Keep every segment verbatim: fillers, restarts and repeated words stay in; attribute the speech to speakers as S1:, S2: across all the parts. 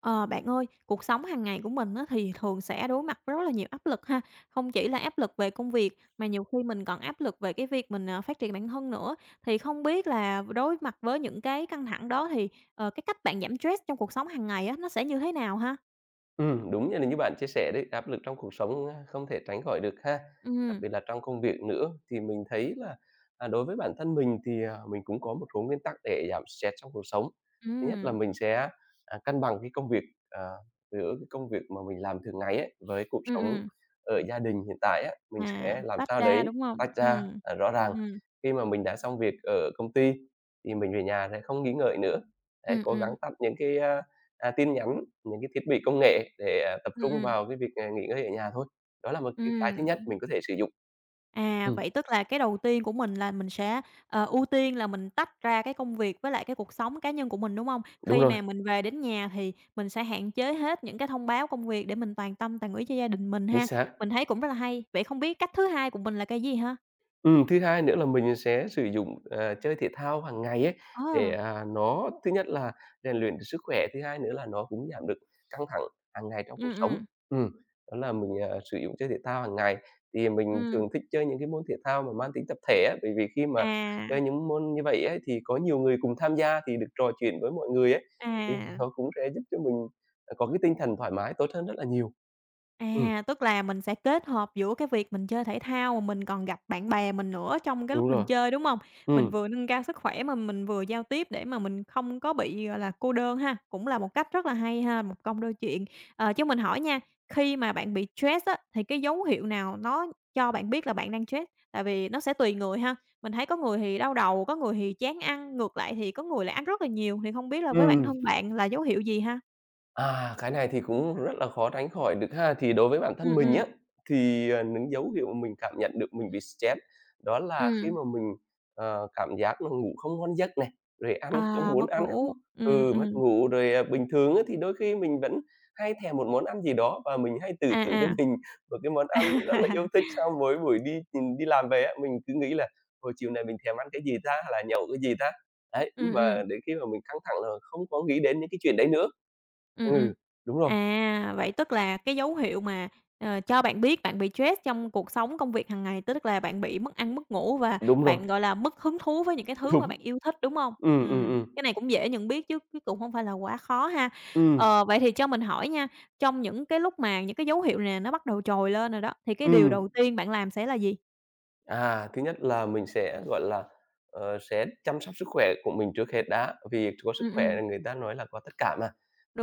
S1: Ờ, bạn ơi, cuộc sống hàng ngày của mình á, thì thường sẽ đối mặt với rất là nhiều áp lực ha. Không chỉ là áp lực về công việc mà nhiều khi mình còn áp lực về cái việc mình, à, phát triển bản thân nữa. Thì không biết là đối mặt với những cái căng thẳng đó thì, ờ, cái cách bạn giảm stress trong cuộc sống hàng ngày á, nó sẽ như thế nào ha?
S2: Ừm, đúng như là như bạn chia sẻ đấy, áp lực trong cuộc sống, a, không thể tránh khỏi được ha, đặc
S1: Ừm,
S2: biệt là trong công việc nữa. Thì mình thấy là, à, đối với bản thân mình thì, à, mình cũng có một số nguyên tắc để giảm stress trong cuộc sống. Thứ nhất là
S1: ừm,
S2: mình sẽ, à, cân bằng cái công việc, à, giữa cái công việc mà mình làm thường ngày ấy, với cuộc
S1: ừm,
S2: sống
S1: ừm.
S2: ở gia đình hiện tại á, mình
S1: À,
S2: sẽ làm
S1: tách
S2: sao
S1: ra,
S2: đấy
S1: đúng không?
S2: tách ra,
S1: Ừm,
S2: à, rõ ràng.
S1: ừm,
S2: Khi mà mình đã xong việc ở công ty thì mình về nhà sẽ không nghĩ ngợi nữa, đấy,
S1: ừm,
S2: cố gắng
S1: ừm,
S2: tắt những cái, à, tin nhắn, những cái thiết bị công nghệ để, à, tập
S1: ừm,
S2: trung
S1: ừm,
S2: vào cái việc, à, nghỉ ngơi ở nhà thôi. Đó là một cái cái thứ nhất
S1: ừm.
S2: mình có thể sử dụng.
S1: À,
S2: Ừm,
S1: vậy tức là cái đầu tiên của mình là mình sẽ, ờ, ưu tiên là mình tách ra cái công việc với lại cái cuộc sống cá nhân của mình, đúng hông?
S2: đúng
S1: Khi
S2: rồi,
S1: mà mình về đến nhà thì mình sẽ hạn chế hết những cái thông báo công việc để mình toàn tâm toàn ý cho gia đình mình
S2: chính
S1: ha.
S2: xác.
S1: Mình thấy cũng rất là hay. Vậy không biết cách thứ hai của mình là cái gì ha?
S2: Ừm, thứ hai nữa là mình sẽ sử dụng, ờ, chơi thể thao hàng ngày ấy, để,
S1: Ờ.
S2: à, nó thứ nhất là rèn luyện được sức khỏe, thứ hai nữa là nó cũng giảm được căng thẳng hàng ngày trong cuộc
S1: Ừm,
S2: sống.
S1: ừm,
S2: Ừm, đó là mình, à, sử dụng chơi thể thao hàng ngày. Thì mình
S1: ừm.
S2: thường thích chơi những cái môn thể thao mà mang tính tập thể á, bởi vì khi mà
S1: À,
S2: chơi những môn như vậy ấy, thì có nhiều người cùng tham gia thì được trò chuyện với mọi người ấy, thì
S1: à.
S2: nó cũng sẽ giúp cho mình, à, có cái tinh thần thoải mái tốt hơn rất là nhiều. Ừm,
S1: À, tức là mình sẽ kết hợp giữa cái việc mình chơi thể thao mà mình còn gặp bạn bè mình nữa trong cái
S2: đúng
S1: lúc mình
S2: rồi.
S1: chơi, đúng hông? Mình
S2: Ừm,
S1: vừa nâng cao sức khỏe mà mình vừa giao tiếp để mà mình không có bị, gọi là, cô đơn ha, cũng là một cách rất là hay ha, một công đôi chuyện. Ờ, cho mình hỏi nha, khi mà bạn bị stress á, thì cái dấu hiệu nào nó cho bạn biết là bạn đang stress? Tại vì nó sẽ tùy người ha, mình thấy có người thì đau đầu, có người thì chán ăn, ngược lại thì có người lại ăn rất là nhiều, thì không biết là với bản
S2: ừm.
S1: thân bạn là dấu hiệu gì ha?
S2: À, cái này thì cũng rất là khó tránh khỏi được ha. Thì đối với bản thân
S1: Ừm,
S2: mình
S1: ừm.
S2: á, thì, ờ, những dấu hiệu mà mình cảm nhận được mình bị stress đó là khi
S1: Ừm.
S2: mà mình, ờ, cảm giác là ngủ không ngon giấc này, rồi ăn không
S1: À,
S2: muốn
S1: mất
S2: ăn không
S1: ngủ. Ừm,
S2: ừ, mất
S1: ừm.
S2: ngủ. Rồi, à, bình thường á, thì đôi khi mình vẫn hay thèm một món ăn gì đó và mình hay tự thưởng cho
S1: À,
S2: mình một cái món
S1: à.
S2: ăn rất là yêu thích sau mỗi buổi đi, đi làm về á, mình cứ nghĩ là "Ôi, chiều này mình thèm ăn cái gì ta? Hay là nhậu cái gì ta?" Đấy, nhưng
S1: Ừm,
S2: mà
S1: ừm.
S2: đến khi mà mình căng thẳng là không có nghĩ đến những cái chuyện đấy nữa.
S1: Ừm, ừm.
S2: Ừ, đúng rồi,
S1: À, vậy tức là cái dấu hiệu mà, ờ, cho bạn biết bạn bị stress trong cuộc sống, công việc hàng ngày, tức là bạn bị mất ăn mất ngủ và
S2: đúng rồi,
S1: bạn, gọi là, mất hứng thú với những cái thứ mà
S2: đúng.
S1: bạn yêu thích, đúng không?
S2: Ừm, ừm,
S1: Ừm,
S2: ừm,
S1: cái này cũng dễ nhận biết chứ chứ cũng không phải là quá khó ha.
S2: ừm,
S1: Ờ, vậy thì cho mình hỏi nha, trong những cái lúc mà những cái dấu hiệu nè nó bắt đầu trồi lên rồi đó, thì cái điều
S2: ừm.
S1: đầu tiên bạn làm sẽ là gì?
S2: À, thứ nhất là mình sẽ, gọi là, ờ, sẽ chăm sóc sức khỏe của mình trước hết đã, vì có sức
S1: Ừm,
S2: khỏe
S1: ừm,
S2: là người ta nói là có tất cả mà.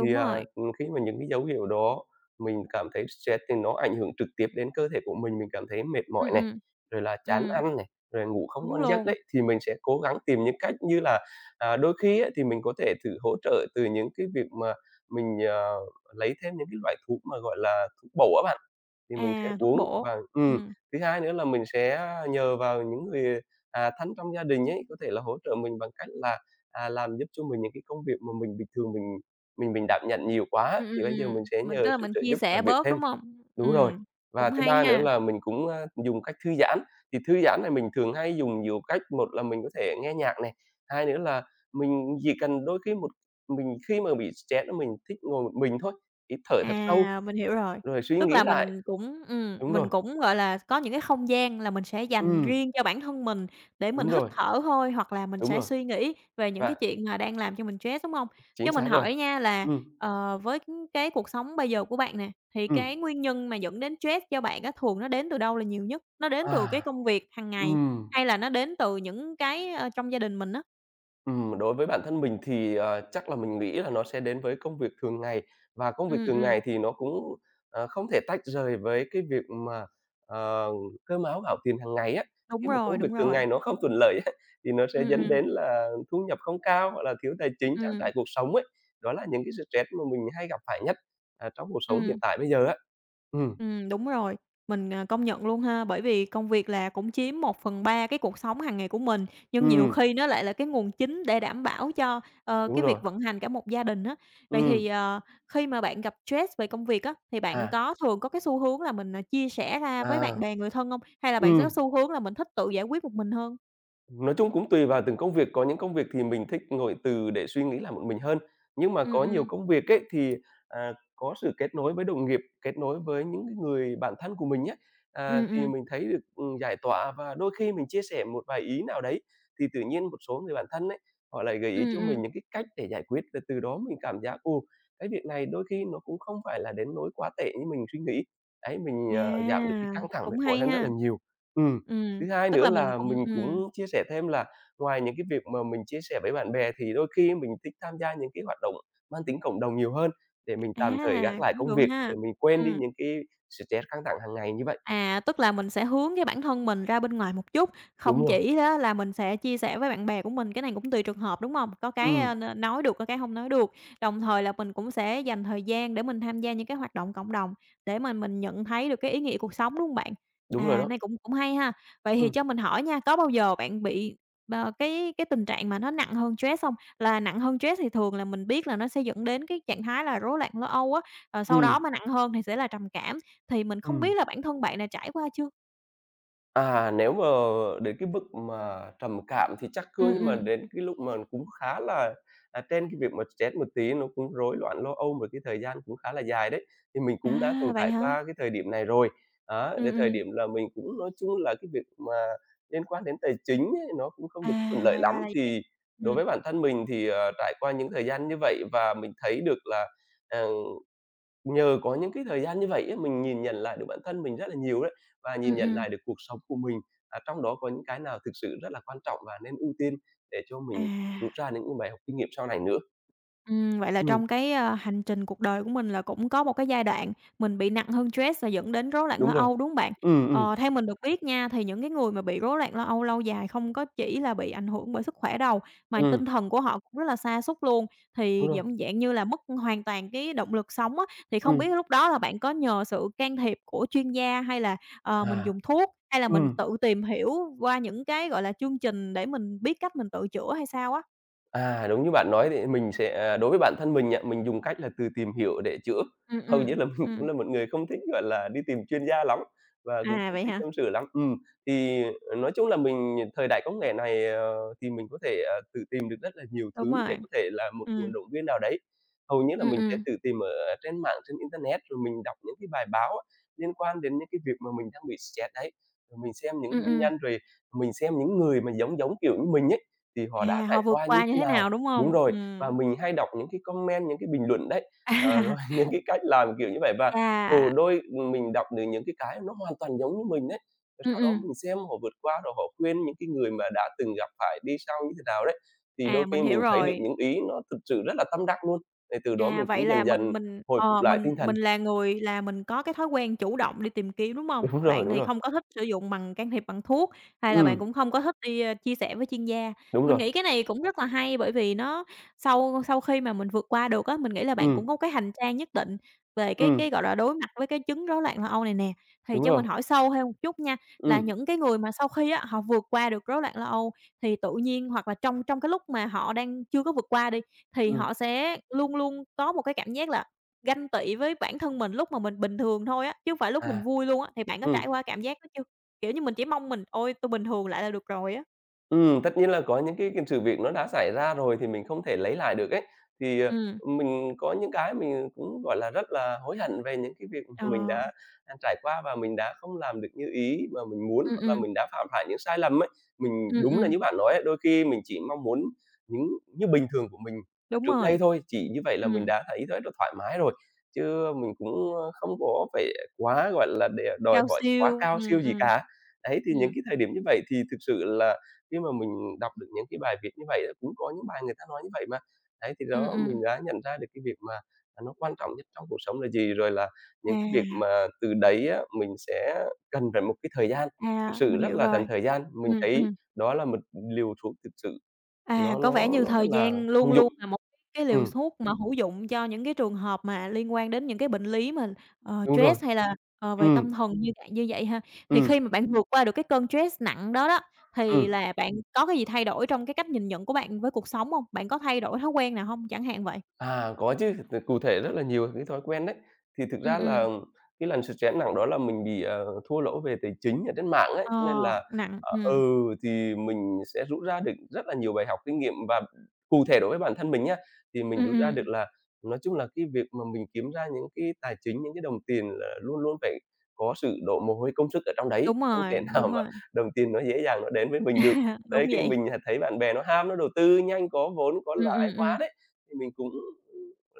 S2: Thì,
S1: rồi.
S2: ờ, khi mà những cái dấu hiệu đó mình cảm thấy stress thì nó ảnh hưởng trực tiếp đến cơ thể của mình, mình cảm thấy mệt mỏi
S1: Ừm,
S2: này,
S1: ừm.
S2: rồi là chán
S1: Ừm,
S2: ăn này, rồi ngủ không
S1: đúng
S2: ngon giấc
S1: luôn.
S2: đấy, thì mình sẽ cố gắng tìm những cách như là, à, đôi khi á thì mình có thể thử hỗ trợ từ những cái việc mà mình, ờ, lấy thêm những cái loại thuốc mà, gọi là, thuốc bổ á bạn, thì mình sẽ
S1: À, thuốc
S2: uống
S1: bổ.
S2: và ừm.
S1: Ừm.
S2: Thứ hai nữa là mình sẽ à, nhờ vào những người, à, thân trong gia đình ấy, có thể là hỗ trợ mình bằng cách là, à, làm giúp cho mình những cái công việc mà mình bình thường mình mình mình đảm nhận nhiều quá,
S1: Ừm, ừm,
S2: thì bây giờ
S1: ừm.
S2: mình sẽ
S1: Mình tức
S2: nhờ
S1: là
S2: sự
S1: mình
S2: trợ
S1: chia
S2: giúp
S1: sẻ
S2: làm việc
S1: bớt,
S2: thêm.
S1: đúng hông?
S2: Đúng rồi.
S1: Ừm,
S2: Và
S1: cũng
S2: thứ
S1: hay
S2: ba nữa
S1: ha.
S2: là mình cũng, a, dùng cách thư giãn, thì thư giãn này mình thường hay dùng nhiều cách, một là mình có thể nghe nhạc này, hai nữa là mình chỉ cần đôi khi một mình khi mà bị stress á, mình thích ngồi một mình thôi, hít thở thật sâu,
S1: À, mình hiểu rồi.
S2: rồi suy
S1: Tức
S2: nghĩ
S1: là
S2: lại.
S1: mình cũng ừm,
S2: Đúng
S1: mình
S2: rồi,
S1: cũng, gọi là, có những cái không gian là mình sẽ dành
S2: ừm,
S1: riêng cho bản thân mình để mình
S2: đúng
S1: hít
S2: rồi,
S1: thở thôi, hoặc là mình
S2: đúng
S1: sẽ
S2: rồi.
S1: suy nghĩ về những cái
S2: Và
S1: chuyện mà đang làm cho mình stress, đúng hông?
S2: Chính
S1: Cho mình
S2: xác rồi.
S1: hỏi nha là,
S2: Ừm,
S1: ờ, với cái cuộc sống bây giờ của bạn nè, thì
S2: ừm.
S1: cái nguyên nhân mà dẫn đến stress cho bạn á, thường nó đến từ đâu là nhiều nhất? Nó đến từ cái
S2: À.
S1: công việc hàng ngày,
S2: Ừm.
S1: hay là nó đến từ những cái, ơ, trong gia đình mình á?
S2: Ừm, đối với bản thân mình thì, ờ, chắc là mình nghĩ là nó sẽ đến với công việc thường ngày, và công việc
S1: Ừm,
S2: thường
S1: ừm,
S2: ngày thì nó cũng, ờ, không thể tách rời với cái việc mà, ờ, cơm áo gạo tiền hàng ngày á.
S1: đúng
S2: Khi mà
S1: rồi,
S2: công việc
S1: đúng
S2: thường
S1: rồi.
S2: ngày nó không thuận lợi á, thì nó sẽ
S1: Ừm,
S2: dẫn
S1: ừm,
S2: đến là thu nhập không cao hoặc là thiếu tài chính trang
S1: ừm,
S2: trải cuộc sống ấy. Đó là những cái stress mà mình hay gặp phải nhất, à, trong cuộc sống hiện
S1: ừm.
S2: tại bây giờ á. Ừm.
S1: Ừm, đúng rồi. Mình, à, công nhận luôn ha, bởi vì công việc là cũng chiếm một phần ba cái cuộc sống hàng ngày của mình, nhưng nhiều
S2: Ừm.
S1: khi nó lại là cái nguồn chính để đảm bảo cho, ờ,
S2: Đúng
S1: cái
S2: rồi.
S1: việc vận hành cả một gia đình á. Vậy thì,
S2: Ừm.
S1: ờ, khi mà bạn gặp stress về công việc á, thì bạn
S2: À,
S1: có thường có cái xu hướng là mình, à, chia sẻ ra với bạn
S2: à.
S1: bè, người thân không? Hay là bạn sẽ có
S2: Ừm.
S1: xu hướng là mình thích tự giải quyết một mình hơn?
S2: Nói chung cũng tùy vào từng công việc, có những công việc thì mình thích ngồi từ để suy nghĩ làm một mình hơn, nhưng mà
S1: Ừm,
S2: có nhiều
S1: ừm.
S2: công việc ấy thì, à, có sự kết nối với đồng nghiệp, kết nối với những cái người bạn thân của mình nhé à,
S1: Ừm,
S2: thì
S1: ừm.
S2: mình thấy được, ừm, giải tỏa và đôi khi mình chia sẻ một vài ý nào đấy, thì tự nhiên một số người bạn thân ấy, họ lại gợi ý
S1: Ừm,
S2: cho
S1: ừm.
S2: mình những cái cách để giải quyết, rồi từ đó mình cảm giác, ồ, cái việc này đôi khi nó cũng không phải là đến nỗi quá tệ như mình suy nghĩ. Đấy, mình,
S1: À,
S2: à, giảm được cái căng thẳng mệt
S1: cũng
S2: mỏi
S1: hay
S2: hơn rất là
S1: ha.
S2: nhiều. Ừm.
S1: Ừm,
S2: Thứ hai
S1: tức
S2: nữa
S1: là mình
S2: là
S1: cũng
S2: mình cũng
S1: ừm,
S2: chia sẻ thêm là ngoài những cái việc mà mình chia sẻ với bạn bè thì đôi khi mình thích tham gia những cái hoạt động mang tính cộng đồng nhiều hơn để mình
S1: à,
S2: tạm thời gác lại
S1: cũng
S2: công
S1: được
S2: việc,
S1: ha.
S2: để mình quên đi
S1: Ừm.
S2: những cái stress căng thẳng hàng ngày như vậy.
S1: À, tức là mình sẽ hướng cái bản thân mình ra bên ngoài một chút, không
S2: Đúng rồi,
S1: chỉ đó là mình sẽ chia sẻ với bạn bè của mình, cái này cũng tùy trường hợp, đúng không? Có cái, a,
S2: ừm,
S1: n nói được, có cái không nói được. Đồng thời là mình cũng sẽ dành thời gian để mình tham gia những cái hoạt động cộng đồng để mà mình nhận thấy được cái ý nghĩa cuộc sống, đúng không bạn?
S2: đúng rồi
S1: À,
S2: đó.
S1: này cũng cũng hay ha. Vậy thì
S2: Ừm,
S1: cho mình hỏi nha, có bao giờ bạn bị ờ, cái cái tình trạng mà nó nặng hơn stress không? Là nặng hơn stress thì thường là mình biết là nó sẽ dẫn đến cái trạng thái là rối loạn lo âu á, rồi sau
S2: ừm,
S1: đó mà nặng hơn thì sẽ là trầm cảm. Thì mình không
S2: ừm.
S1: biết là bản thân bạn là trải qua chưa?
S2: À, nếu mà đến cái mức mà trầm cảm thì chắc chưa,
S1: Ừm,
S2: nhưng mà
S1: ừm.
S2: đến cái lúc mà cũng khá là, à, trên cái việc mà stress một tí, nó cũng rối loạn lo âu một cái thời gian cũng khá là dài đấy, thì mình cũng đã
S1: À,
S2: từng
S1: vậy
S2: trải
S1: hả?
S2: qua cái thời điểm này rồi. Đó,
S1: Ừm,
S2: đến thời
S1: ừm.
S2: điểm là mình cũng nói chung là cái việc mà liên quan đến tài chính ấy, nó cũng không được thuận lợi
S1: À,
S2: lắm,
S1: ra là vậy.
S2: thì đối
S1: Ừm.
S2: với bản thân mình thì, ờ, trải qua những thời gian như vậy và mình thấy được là, ờ Nhờ có những cái thời gian như vậy á, mình nhìn nhận lại được bản thân mình rất là nhiều đấy, và nhìn
S1: Ừm,
S2: nhận
S1: ừm.
S2: lại được cuộc sống của mình, à, trong đó có những cái nào thực sự rất là quan trọng và nên ưu tiên để cho mình rút
S1: À.
S2: ra những cái bài học kinh nghiệm sau này nữa.
S1: Ừm, vậy là
S2: Ừm,
S1: trong cái, a, hành trình cuộc đời của mình là cũng có một cái giai đoạn mình bị nặng hơn stress và dẫn đến rối loạn lo
S2: đúng rồi.
S1: âu, đúng hông bạn?
S2: Ừm, ừm,
S1: Ờ, theo mình được biết nha, thì những cái người mà bị rối loạn lo âu lâu dài không có chỉ là bị ảnh hưởng bởi sức khỏe đâu, mà
S2: ừm,
S1: tinh thần của họ cũng rất là sa sút luôn, thì
S2: đúng rồi.
S1: giống dạng như là mất hoàn toàn cái động lực sống á. Thì không
S2: Ừm,
S1: biết lúc đó là bạn có nhờ sự can thiệp của chuyên gia hay là, ờ, mình
S2: à,
S1: dùng thuốc, hay là mình
S2: ừm.
S1: tự tìm hiểu qua những cái, gọi là, chương trình để mình biết cách mình tự chữa hay sao á?
S2: À, đúng như bạn nói thì mình sẽ à, đối với bản thân mình á, mình dùng cách là từ tìm hiểu để chữa.
S1: Ừm,
S2: Hầu
S1: ừm,
S2: như là mình cũng
S1: ừm.
S2: là một người không thích, gọi là, đi tìm chuyên gia lắm và cũng
S1: À,
S2: không
S1: vậy
S2: thích
S1: hả?
S2: tâm sự lắm. Ừm, thì, ờ, nói chung là mình ờ, thời đại công nghệ này, ờ, thì mình có thể, à, tự tìm được rất là nhiều
S1: Đúng
S2: thứ để
S1: rồi,
S2: có thể là một
S1: ừm.
S2: nguồn động viên nào đấy. Hầu như là
S1: Ừm,
S2: mình sẽ
S1: ừm.
S2: tự tìm ở ờ, trên mạng, trên internet, rồi mình đọc những cái bài báo liên quan đến những cái việc mà mình đang bị stress đấy. Rồi mình xem những
S1: Ừm,
S2: nguyên
S1: ừm.
S2: nhân, rồi mình xem những người mà giống giống kiểu như mình ấy, thì họ đã
S1: À,
S2: trải
S1: họ vượt
S2: qua như
S1: qua như
S2: thế
S1: thế
S2: nào.
S1: nào, đúng
S2: Đúng
S1: hông?
S2: rồi, và
S1: Ừm.
S2: mình hay đọc những cái comment, những cái bình luận đấy, ờ, rồi
S1: À,
S2: những cái cách làm kiểu như vậy và, ừ,
S1: chà.
S2: đôi ừ, mình đọc được những cái cái nó hoàn toàn giống như mình đấy. Rồi
S1: Ừm,
S2: sau đó
S1: ừm.
S2: mình xem họ vượt qua, rồi họ khuyên những cái người mà đã từng gặp phải đi sau như thế nào đấy, thì
S1: À,
S2: đôi
S1: mình
S2: khi
S1: hiểu
S2: mình thấy được
S1: rồi.
S2: những ý nó thực sự rất là tâm đắc luôn, thì từ đó
S1: À,
S2: mình
S1: vậy
S2: cũng
S1: là
S2: dần
S1: mình
S2: dần
S1: mình
S2: hồi phục
S1: ờ,
S2: lại
S1: mình
S2: tinh
S1: mình
S2: thần.
S1: là người là mình có cái thói quen chủ động đi tìm kiếm, đúng hông?
S2: Đúng rồi,
S1: Bạn
S2: đúng
S1: thì
S2: rồi.
S1: không có thích sử dụng bằng can thiệp bằng thuốc, hay là bạn
S2: Ừm,
S1: cũng không có thích đi, ơ, chia sẻ với chuyên gia.
S2: đúng
S1: Mình
S2: rồi.
S1: nghĩ cái này cũng rất là hay bởi vì nó sau sau khi mà mình vượt qua được á, mình nghĩ là bạn cũng
S2: Ừm,
S1: có cái hành trang nhất định về cái
S2: ừm,
S1: cái, gọi là, đối mặt với cái chứng rối loạn lo âu này nè. Thì
S2: đúng
S1: cho
S2: rồi.
S1: mình hỏi sâu thêm một chút nha, là
S2: Ừm,
S1: những cái người mà sau khi á, họ vượt qua được rối loạn lo âu thì tự nhiên hoặc là trong trong cái lúc mà họ đang chưa có vượt qua đi, thì
S2: ừm,
S1: họ sẽ luôn luôn có một cái cảm giác là ganh tị với bản thân mình lúc mà mình bình thường thôi á, chứ hông phải lúc mình
S2: à,
S1: vui luôn á, thì bạn có
S2: ừm.
S1: trải qua cảm giác đó chưa? Kiểu như, mình chỉ mong mình "Ôi, tôi bình thường lại là được rồi" á.
S2: Ừm, tất nhiên là có những cái cái sự việc nó đã xảy ra rồi thì mình không thể lấy lại được ấy, thì, ờ,
S1: Ừm.
S2: mình có những cái mình cũng, gọi là, rất là hối hận về những cái việc
S1: Ờ.
S2: mà mình đã, trải qua và mình đã không làm được như ý mà mình muốn,
S1: Ừm,
S2: hoặc là
S1: ừm.
S2: mình đã phạm phải những sai lầm ấy. Mình
S1: Ừm,
S2: đúng là
S1: ừm.
S2: như bạn nói ấy, đôi khi mình chỉ mong muốn những như bình thường của mình, à,
S1: Đúng
S2: trước
S1: rồi.
S2: đây thôi, chỉ như vậy là mình
S1: Ừm,
S2: đã thấy rất là thoải mái rồi, chứ mình cũng, ờ, không có phải quá, gọi là, để đòi
S1: cao
S2: hỏi quá
S1: siêu.
S2: cao
S1: Ừm,
S2: siêu gì
S1: ừm.
S2: cả. Đấy, thì những
S1: Ừm.
S2: cái thời điểm như vậy thì thực sự là khi mà mình đọc được những cái bài viết như vậy á, cũng có những bài người ta nói như vậy mà. Đấy, thì
S1: Ừm,
S2: đó mình
S1: ừm.
S2: đã nhận ra được cái việc mà, à, nó quan trọng nhất trong cuộc sống là gì, rồi là những cái việc
S1: À,
S2: mà từ đấy á, mình sẽ cần phải một cái thời gian, thực
S1: à,
S2: sự
S1: mình
S2: rất
S1: hiểu
S2: là cần
S1: rồi.
S2: thời gian. Mình
S1: Ừm,
S2: thấy
S1: ừm.
S2: đó là một liều thuốc thực sự
S1: À,
S2: nó
S1: có vẻ
S2: nó
S1: như
S2: nó rất
S1: thời
S2: là
S1: gian luôn
S2: công dụng.
S1: luôn là một cái liều
S2: Ừm,
S1: thuốc mà hữu dụng cho những cái trường hợp mà liên quan đến những cái bệnh lý mà, ờ,
S2: đúng rồi.
S1: stress hay là, ờ, về
S2: Ừ,
S1: tâm thần như vậy như vậy ha. Thì
S2: ừ,
S1: khi mà bạn vượt qua được cái cơn stress nặng đó đó, thì
S2: ừm.
S1: là bạn có cái gì thay đổi trong cái cách nhìn nhận của bạn với cuộc sống hông? Bạn có thay đổi thói quen nào hông chẳng hạn vậy?
S2: À, có chứ, t cụ thể rất là nhiều cái thói quen đấy. Thì thực
S1: Ừm,
S2: ra
S1: ừm,
S2: là cái lần stress nặng đó là mình bị, ờ, thua lỗ về tài chính ở trên mạng ấy,
S1: ờ,
S2: cho nên là,
S1: nặng,
S2: ờ
S1: ừm,
S2: ừ, thì mình sẽ rút ra được rất là nhiều bài học kinh nghiệm và cụ thể đối với bản thân mình nhá, thì mình
S1: ừm,
S2: rút ra được
S1: ừm,
S2: là nói chung là cái việc mà mình kiếm ra những cái tài chính, những cái đồng tiền là luôn luôn phải có sự đổ mồ hôi công sức ở trong đấy,
S1: đúng
S2: không thể
S1: rồi,
S2: nào
S1: đúng
S2: mà
S1: rồi.
S2: đồng tiền nó dễ dàng nó đến với mình được.
S1: À, đúng
S2: Đấy, khi
S1: vậy.
S2: mình, à, thấy bạn bè nó ham, nó đầu tư nhanh, có vốn, có
S1: Ừm,
S2: lãi
S1: ừm,
S2: quá
S1: ừm,
S2: đấy. Thì mình cũng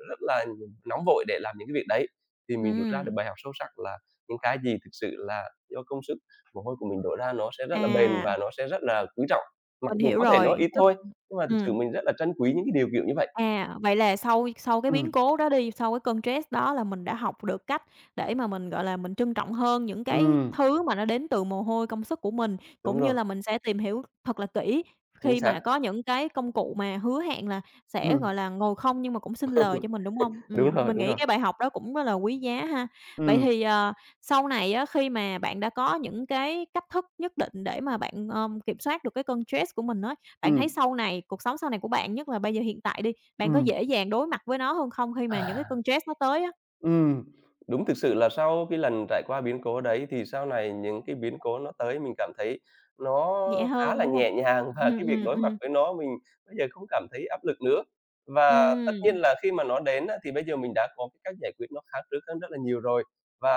S2: rất là nóng vội để làm những cái việc đấy, thì mình rút ra được
S1: ừm.
S2: bài học sâu sắc là những cái gì thực sự là do công sức, mồ hôi của mình đổ ra nó sẽ rất là bền
S1: À,
S2: và nó sẽ rất là quý trọng. Mặc
S1: mình
S2: dù
S1: hiểu
S2: có thể nó
S1: rồi,
S2: ít
S1: tức
S2: thôi, nhưng mà thực sự
S1: ừm.
S2: mình rất là trân quý những cái điều kiểu như vậy.
S1: À, vậy là sau sau cái biến
S2: Ừm,
S1: cố đó đi, sau cái cơn stress đó là mình đã học được cách để mà mình, gọi là, mình trân trọng hơn những cái
S2: ừm.
S1: thứ mà nó đến từ mồ hôi công sức của mình,
S2: Đúng
S1: cũng như
S2: rồi,
S1: là mình sẽ tìm hiểu thật là kỹ
S2: chính
S1: khi
S2: xác.
S1: mà có những cái công cụ mà hứa hẹn là sẽ,
S2: Ừm.
S1: gọi là, ngồi không nhưng mà cũng xin lời cho mình, đúng hông?
S2: Đúng
S1: Ừm,
S2: rồi,
S1: mình
S2: đúng
S1: nghĩ
S2: rồi.
S1: cái bài học đó cũng rất là quý giá ha. Vậy
S2: Ừm,
S1: thì, ờ, sau này á, khi mà bạn đã có những cái cách thức nhất định để mà bạn, ờm, kiểm soát được cái cơn stress của mình á, bạn thấy
S2: ừm,
S1: sau này cuộc sống sau này của bạn, nhất là bây giờ hiện tại đi, bạn có
S2: ừm.
S1: dễ dàng đối mặt với nó hơn không khi mà những cái cơn stress nó tới á?
S2: Ừm, đúng thực sự là sau cái lần trải qua biến cố đấy thì sau này những cái biến cố nó tới mình cảm thấy nó
S1: Nhẹ
S2: khá
S1: hơn,
S2: là
S1: đúng hông?
S2: nhẹ nhàng và
S1: Ừm,
S2: cái việc
S1: ừm,
S2: đối mặt
S1: ừm.
S2: với nó mình bây giờ không cảm thấy áp lực nữa. Và tất nhiên
S1: Ừm,
S2: là khi mà nó đến á, thì bây giờ mình đã có cái cách giải quyết nó khác trước hơn rất là nhiều rồi.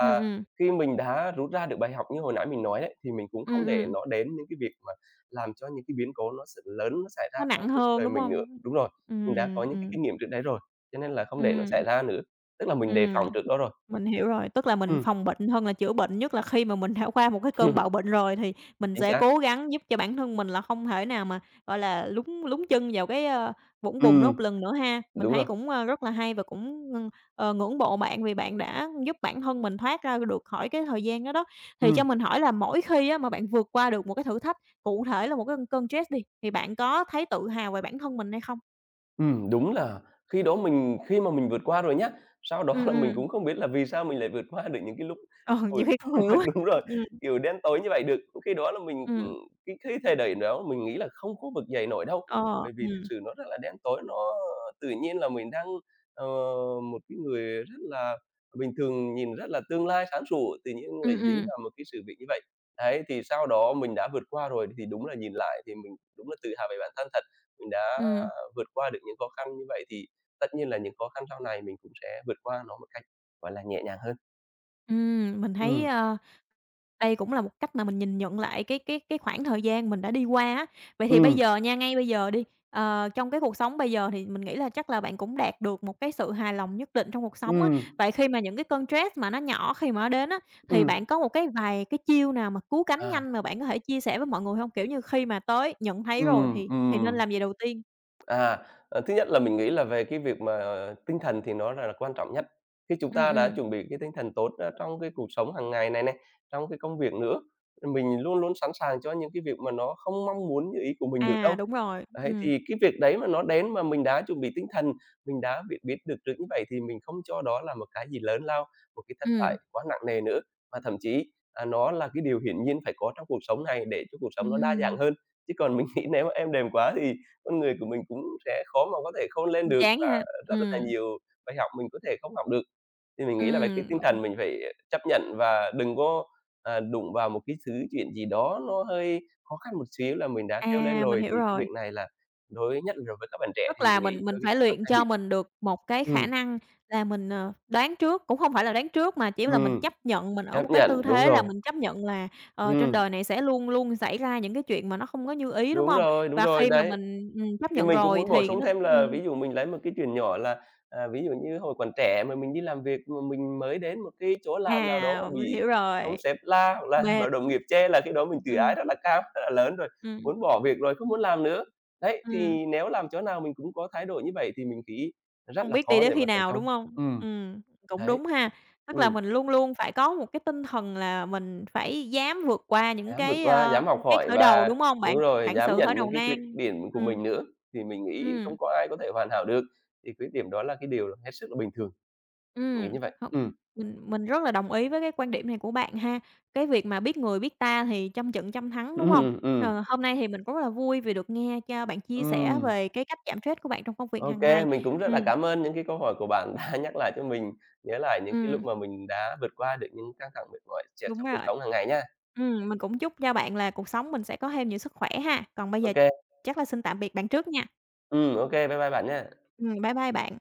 S1: ừm, ừm,
S2: khi mình đã rút ra được bài học như hồi nãy mình nói đấy, thì mình cũng
S1: ừm,
S2: không để
S1: ừm,
S2: nó đến những cái việc mà làm cho những cái biến cố nó s lớn nó xảy ra
S1: nó
S2: trong
S1: nặng
S2: cuộc
S1: hơn,
S2: đời
S1: đúng
S2: mình nữa.
S1: hông?
S2: Đúng rồi, mình đã có
S1: Ừm,
S2: những cái
S1: ừm,
S2: kinh nghiệm trước đấy rồi, cho nên là không để nó xảy
S1: ừm,
S2: ra nữa. Tức là mình đề
S1: ừm.
S2: phòng trước đó rồi.
S1: Mình hiểu rồi, tức là mình
S2: Ừm.
S1: phòng bệnh hơn là chữa bệnh, nhất là khi mà mình đã qua một cái cơn bạo bệnh rồi thì mình
S2: Chính
S1: sẽ
S2: xác.
S1: cố gắng giúp cho bản thân mình là không thể nào mà, gọi là, lún lún chân vào cái, ơ, vũng bùn đó một
S2: Ừm.
S1: lần nữa ha. Mình
S2: Đúng
S1: thấy
S2: rồi.
S1: cũng, ơ, rất là hay và cũng, ừ, ờ, ngưỡng mộ bạn vì bạn đã giúp bản thân mình thoát ra được khỏi cái thời gian đó đó. Thì cho
S2: Ừm.
S1: mình hỏi là mỗi khi á mà bạn vượt qua được một cái thử thách, cụ thể là một cái cơn stress đi, thì bạn có thấy tự hào về bản thân mình hay không?
S2: Ừ, đúng là khi đó mình khi mà mình vượt qua rồi nhá, sau đó
S1: Ừm,
S2: là mình
S1: ừm,
S2: cũng không biết là vì sao mình lại vượt qua được những cái lúc
S1: ờ, nhiều
S2: hồi
S1: khi không hiểu á.
S2: đúng rồi,
S1: Ừm,
S2: kiểu, đen tối như vậy được. Khi đó là mình,
S1: ừm,
S2: ừm, cái cái thời điểm đó mình nghĩ là không có vực dậy nổi đâu,
S1: ờ,
S2: bởi vì thực
S1: ừm,
S2: sự nó rất là đen tối, nó tự nhiên là mình đang, ờ, một cái người rất là bình thường, nhìn rất là tương lai sáng sủa, tự nhiên
S1: ừm,
S2: lại dính
S1: ừm.
S2: vào một cái sự việc như vậy. Đấy, thì sau đó mình đã vượt qua rồi thì đúng là nhìn lại thì mình đúng là tự hào về bản thân thật mình đã
S1: Ừm,
S2: vượt qua được những khó khăn như vậy thì tất nhiên là những khó khăn sau này mình cũng sẽ vượt qua nó một cách, gọi là, nhẹ nhàng hơn.
S1: ừm, mình thấy,
S2: Ừm,
S1: ơ, đây cũng là một cách mà mình nhìn nhận lại cái cái cái khoảng thời gian mình đã đi qua á. Vậy thì bây
S2: ừm,
S1: giờ nha, ngay bây giờ đi, ờ, trong cái cuộc sống bây giờ thì mình nghĩ là chắc là bạn cũng đạt được một cái sự hài lòng nhất định trong cuộc sống á.
S2: ừm,
S1: Vậy khi mà những cái cơn stress mà nó nhỏ khi mà nó đến á, thì
S2: ừm.
S1: bạn có một cái vài cái chiêu nào mà cứu cánh
S2: À.
S1: nhanh mà bạn có thể chia sẻ với mọi người hông? Kiểu như, khi mà tới nhận thấy rồi
S2: Ừm,
S1: thì thì nên
S2: ừm.
S1: làm gì đầu tiên?
S2: À, ờ, thứ nhất là mình nghĩ là về cái việc mà, ờ, tinh thần thì nó là là quan trọng nhất. Khi chúng
S1: Ừm,
S2: ta đã
S1: ừm.
S2: chuẩn bị cái tinh thần tốt, a, trong cái cuộc sống hàng ngày này này, trong cái công việc nữa, mình luôn luôn sẵn sàng cho những cái việc mà nó không mong muốn như ý của mình được
S1: À,
S2: đâu.
S1: đúng rồi,
S2: Đấy,
S1: ừm,
S2: thì cái việc đấy mà nó đến mà mình đã chuẩn bị tinh thần, mình đã biết biết được trước như vậy thì mình không cho đó là một cái gì lớn lao, một cái thất
S1: ừm,
S2: bại quá nặng nề nữa, mà thậm chí, à, nó là cái điều hiển nhiên phải có trong cuộc sống này để cho cuộc sống nó đa dạng
S1: ừm,
S2: hơn. Chứ còn mình nghĩ nếu mà em đềm quá thì con người của mình cũng sẽ khó mà có thể khôn lên được
S1: chán
S2: và
S1: ha.
S2: rất là
S1: Ừm,
S2: nhiều bài học mình có thể không học được. Thì mình nghĩ là về cái tinh
S1: ừm.
S2: thần mình phải chấp nhận và đừng có, à, đụng vào một cái thứ chuyện gì đó nó hơi khó khăn một xíu là mình đã kêu lên
S1: À, mình
S2: rồi,
S1: hiểu
S2: thì cái
S1: rồi.
S2: việc này là đối nhất là với các bạn trẻ
S1: Tức
S2: thì
S1: là
S2: mình
S1: mình
S2: nghĩ
S1: mình
S2: đôi khi
S1: phải
S2: các bạn
S1: luyện
S2: hay
S1: cho
S2: bị
S1: mình được một cái khả
S2: ừm,
S1: năng là mình, ờ, đoán trước, cũng không phải là đoán trước mà chỉ là mình
S2: ừm,
S1: chấp nhận mình ở một
S2: chấp
S1: cái
S2: nhận,
S1: tư
S2: đúng
S1: thế là
S2: rồi.
S1: mình chấp nhận là, ờ, trên
S2: Ừm,
S1: đời này sẽ luôn luôn xảy ra những cái chuyện mà nó không có như ý, đúng
S2: đúng
S1: hông?
S2: rồi, đúng
S1: Và
S2: rồi,
S1: khi mà
S2: đấy.
S1: mình, ừm, chấp
S2: Thì
S1: nhận
S2: mình cũng
S1: rồi
S2: muốn bổ
S1: thì
S2: sung
S1: nó
S2: thêm
S1: ừm,
S2: là ví dụ mình lấy một cái chuyện nhỏ là, à, ví dụ như hồi còn trẻ mà mình đi làm việc mà mình mới đến một cái chỗ làm nào đó mà
S1: à, mình
S2: bị
S1: hiểu
S2: ông
S1: rồi,
S2: sếp la hoặc là
S1: mệt,
S2: bảo đồng nghiệp chê là cái đó mình tự ái
S1: ừm,
S2: rất là cao, rất là lớn rồi,
S1: ừm,
S2: muốn bỏ việc rồi, không muốn làm nữa. Đấy,
S1: ừm.
S2: thì nếu làm chỗ nào mình cũng có thái độ như vậy thì mình nghĩ rất
S1: Hông
S2: là
S1: biết đi
S2: khó
S1: đến
S2: để
S1: khi
S2: mà thành
S1: nào,
S2: công.
S1: đúng hông?
S2: Ừm,
S1: Ừm, cũng
S2: đấy,
S1: đúng ha. Tức là
S2: ừm,
S1: mình luôn luôn phải có một cái tinh thần là mình phải dám vượt qua những
S2: dám vượt
S1: cái,
S2: qua,
S1: ơ,
S2: dám học
S1: cái
S2: hỏi
S1: khởi đầu,
S2: và
S1: đúng hông bạn?
S2: đúng rồi,
S1: Vạn
S2: dám
S1: sự khởi
S2: nhận những
S1: đầu
S2: cái khuyết
S1: nan.
S2: điểm của
S1: Ừm.
S2: mình nữa, thì mình nghĩ không
S1: Ừm,
S2: có ai có thể hoàn hảo được, thì khuyết điểm đó là cái điều hết sức là bình thường. Mình nghĩ
S1: ừm,
S2: như vậy.
S1: học
S2: Ừm,
S1: mình mình rất là đồng ý với cái quan điểm này của bạn ha. Cái việc mà biết người biết ta thì trăm trận trăm thắng, đúng hông?
S2: Ừm, ừm,
S1: Ờ, hôm nay thì mình cũng rất là vui vì được nghe cho bạn chia sẻ
S2: ừm.
S1: về cái cách giảm stress của bạn trong công việc
S2: Ô
S1: hàng
S2: kê,
S1: ngày.
S2: mình cũng rất là
S1: Ừm.
S2: cảm ơn những cái câu hỏi của bạn đã nhắc lại cho mình nhớ lại những cái lúc
S1: Ừm,
S2: mà mình đã vượt qua được những căng thẳng mệt mỏi, stress
S1: đúng
S2: trong cuộc
S1: rồi.
S2: sống hàng ngày nhá.
S1: Ừm, mình cũng chúc cho bạn là cuộc sống mình sẽ có thêm nhiều sức khỏe ha. Còn bây
S2: Ô
S1: giờ
S2: kê,
S1: chắc là xin tạm biệt bạn trước nha.
S2: ừm, ô kê, bye bye bạn nha.
S1: Ừm, bye bye bạn.